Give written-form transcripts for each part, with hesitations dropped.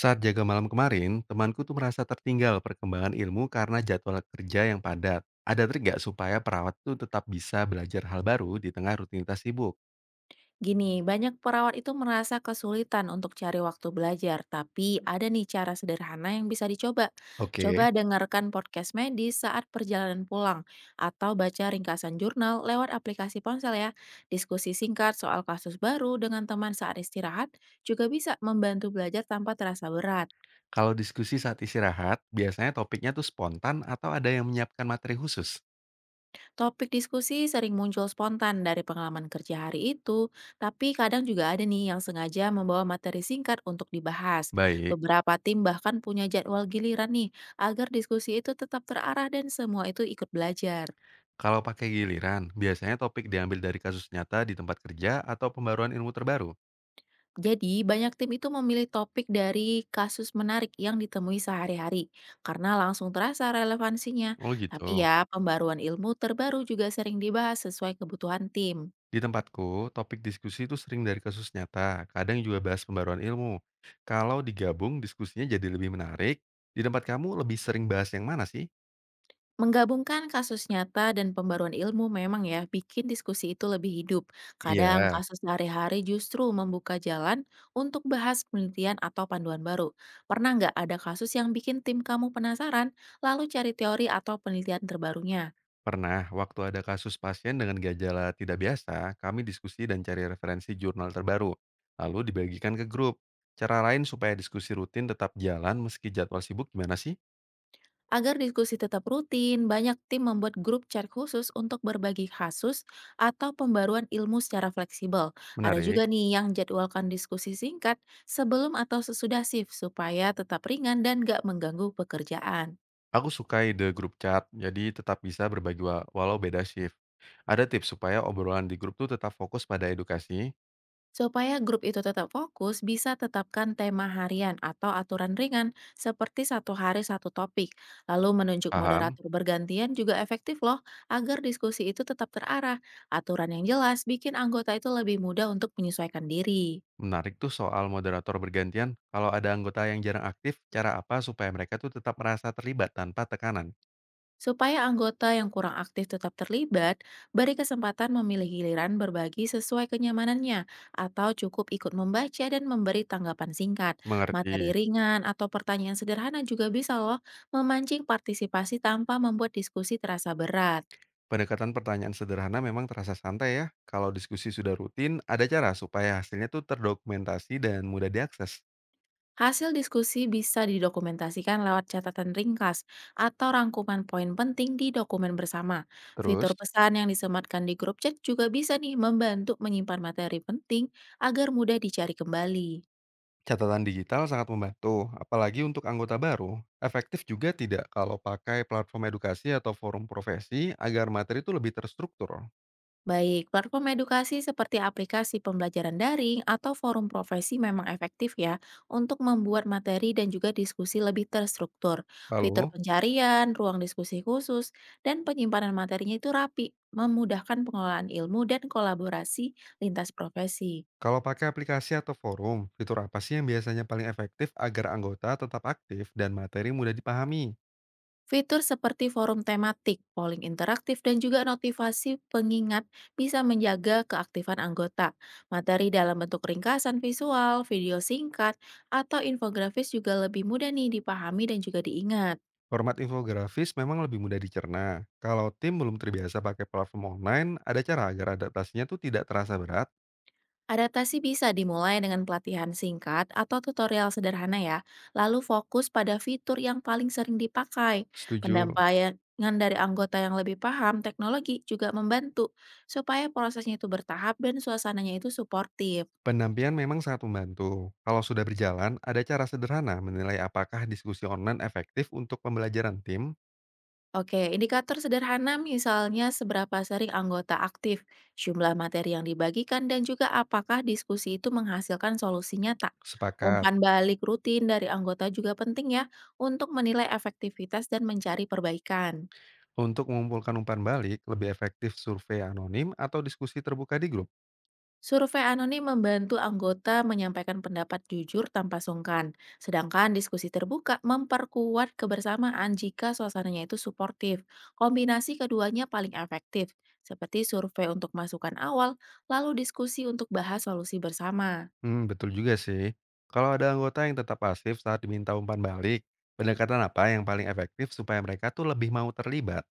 Saat jaga malam kemarin, temanku tuh merasa tertinggal perkembangan ilmu karena jadwal kerja yang padat. Ada trik nggak supaya perawat tuh tetap bisa belajar hal baru di tengah rutinitas sibuk? Gini, banyak perawat itu merasa kesulitan untuk cari waktu belajar, tapi ada nih cara sederhana yang bisa dicoba. Oke. Coba dengarkan podcast medis saat perjalanan pulang, atau baca ringkasan jurnal lewat aplikasi ponsel ya. Diskusi singkat soal kasus baru dengan teman saat istirahat juga bisa membantu belajar tanpa terasa berat. Kalau diskusi saat istirahat, biasanya topiknya tuh spontan atau ada yang menyiapkan materi khusus? Topik diskusi sering muncul spontan dari pengalaman kerja hari itu, tapi kadang juga ada nih yang sengaja membawa materi singkat untuk dibahas. Baik, Beberapa tim bahkan punya jadwal giliran nih, agar diskusi itu tetap terarah dan semua itu ikut belajar. kalau pakai giliran, biasanya topik diambil dari kasus nyata di tempat kerja atau pembaruan ilmu terbaru. Jadi, banyak tim itu memilih topik dari kasus menarik yang ditemui sehari-hari, karena langsung terasa relevansinya. Oh Tapi gitu. ya, pembaruan ilmu terbaru juga sering dibahas sesuai kebutuhan tim. Di tempatku, topik diskusi itu sering dari kasus nyata, kadang juga bahas pembaruan ilmu. Kalau digabung, diskusinya jadi lebih menarik. Di tempat kamu lebih sering bahas yang mana sih? Menggabungkan kasus nyata dan pembaruan ilmu memang ya bikin diskusi itu lebih hidup. Kadang Iya. kasus sehari-hari justru membuka jalan untuk bahas penelitian atau panduan baru. Pernah nggak ada kasus yang bikin tim kamu penasaran, lalu cari teori atau penelitian terbarunya? Pernah, waktu ada kasus pasien dengan gejala tidak biasa, kami diskusi dan cari referensi jurnal terbaru, lalu dibagikan ke grup. Cara lain supaya diskusi rutin tetap jalan meski jadwal sibuk gimana sih? Agar diskusi tetap rutin, banyak tim membuat grup chat khusus untuk berbagi kasus atau pembaruan ilmu secara fleksibel. Ada Menarik. juga nih yang jadwalkan diskusi singkat sebelum atau sesudah shift supaya tetap ringan dan gak mengganggu pekerjaan. Aku suka ide grup chat, jadi tetap bisa berbagi walau beda shift. Ada tips supaya obrolan di grup tuh tetap fokus pada edukasi, Supaya grup itu tetap fokus, bisa tetapkan tema harian atau aturan ringan seperti satu hari satu topik. Lalu menunjuk paham, moderator bergantian juga efektif loh, agar diskusi itu tetap terarah. Aturan yang jelas bikin anggota itu lebih mudah untuk menyesuaikan diri. menarik tuh soal moderator bergantian. Kalau ada anggota yang jarang aktif, cara apa supaya mereka tuh tetap merasa terlibat tanpa tekanan? Supaya anggota yang kurang aktif tetap terlibat, beri kesempatan memilih giliran berbagi sesuai kenyamanannya, atau cukup ikut membaca dan memberi tanggapan singkat. Materi Mengerti. ringan atau pertanyaan sederhana juga bisa loh memancing partisipasi tanpa membuat diskusi terasa berat. Pendekatan pertanyaan sederhana memang terasa santai ya. Kalau diskusi sudah rutin, ada cara supaya hasilnya tuh terdokumentasi dan mudah diakses. Hasil diskusi bisa didokumentasikan lewat catatan ringkas atau rangkuman poin penting di dokumen bersama. Fitur Terus, pesan yang disematkan di grup chat juga bisa nih membantu menyimpan materi penting agar mudah dicari kembali. catatan digital sangat membantu, apalagi untuk anggota baru. Efektif juga tidak kalau pakai platform edukasi atau forum profesi agar materi itu lebih terstruktur. Baik, platform edukasi seperti aplikasi pembelajaran daring atau forum profesi memang efektif ya untuk membuat materi dan juga diskusi lebih terstruktur. Fitur Lalu, pencarian, ruang diskusi khusus, dan penyimpanan materinya itu rapi, memudahkan pengelolaan ilmu dan kolaborasi lintas profesi. kalau pakai aplikasi atau forum, fitur apa sih yang biasanya paling efektif agar anggota tetap aktif dan materi mudah dipahami? Fitur seperti forum tematik, polling interaktif, dan juga notifikasi pengingat bisa menjaga keaktifan anggota. Materi dalam bentuk ringkasan visual, video singkat, atau infografis juga lebih mudah nih dipahami dan juga diingat. Format infografis memang lebih mudah dicerna. Kalau tim belum terbiasa pakai platform online, ada cara agar adaptasinya tuh tidak terasa berat? Adaptasi bisa dimulai dengan pelatihan singkat atau tutorial sederhana ya, lalu fokus pada fitur yang paling sering dipakai. Setuju. Pendampingan dari anggota yang lebih paham teknologi juga membantu supaya prosesnya itu bertahap dan suasananya itu suportif. Pendampingan memang sangat membantu. Kalau sudah berjalan, ada cara sederhana menilai apakah diskusi online efektif untuk pembelajaran tim? Oke, indikator sederhana misalnya seberapa sering anggota aktif, jumlah materi yang dibagikan, dan juga apakah diskusi itu menghasilkan solusi nyata. Sepakat. Umpan balik rutin dari anggota juga penting ya untuk menilai efektivitas dan mencari perbaikan. Untuk mengumpulkan umpan balik, lebih efektif survei anonim atau diskusi terbuka di grup. Survei anonim membantu anggota menyampaikan pendapat jujur tanpa sungkan, sedangkan diskusi terbuka memperkuat kebersamaan jika suasananya itu suportif. Kombinasi keduanya paling efektif, seperti survei untuk masukan awal, lalu diskusi untuk bahas solusi bersama. Hmm, betul juga sih. Kalau ada anggota yang tetap pasif saat diminta umpan balik, pendekatan apa yang paling efektif supaya mereka tuh lebih mau terlibat?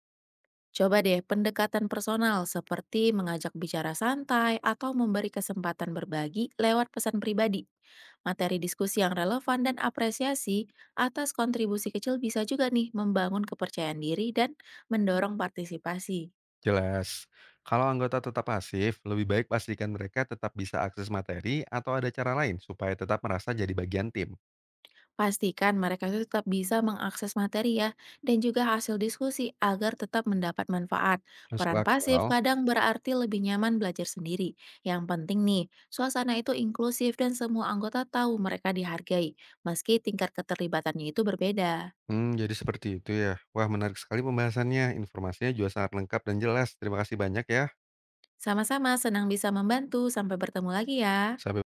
Coba deh pendekatan personal seperti mengajak bicara santai atau memberi kesempatan berbagi lewat pesan pribadi. Materi diskusi yang relevan dan apresiasi atas kontribusi kecil bisa juga nih membangun kepercayaan diri dan mendorong partisipasi. Jelas. Kalau anggota tetap pasif, lebih baik pastikan mereka tetap bisa akses materi atau ada cara lain supaya tetap merasa jadi bagian tim. Pastikan mereka itu tetap bisa mengakses materi ya, dan juga hasil diskusi agar tetap mendapat manfaat. Masuk Peran pasif akal. kadang berarti lebih nyaman belajar sendiri. Yang penting nih, suasana itu inklusif dan semua anggota tahu mereka dihargai, meski tingkat keterlibatannya itu berbeda. Hmm, jadi seperti itu ya. Wah, menarik sekali pembahasannya. Informasinya juga sangat lengkap dan jelas. Terima kasih banyak ya. Sama-sama senang bisa membantu, sampai bertemu lagi ya. Sampai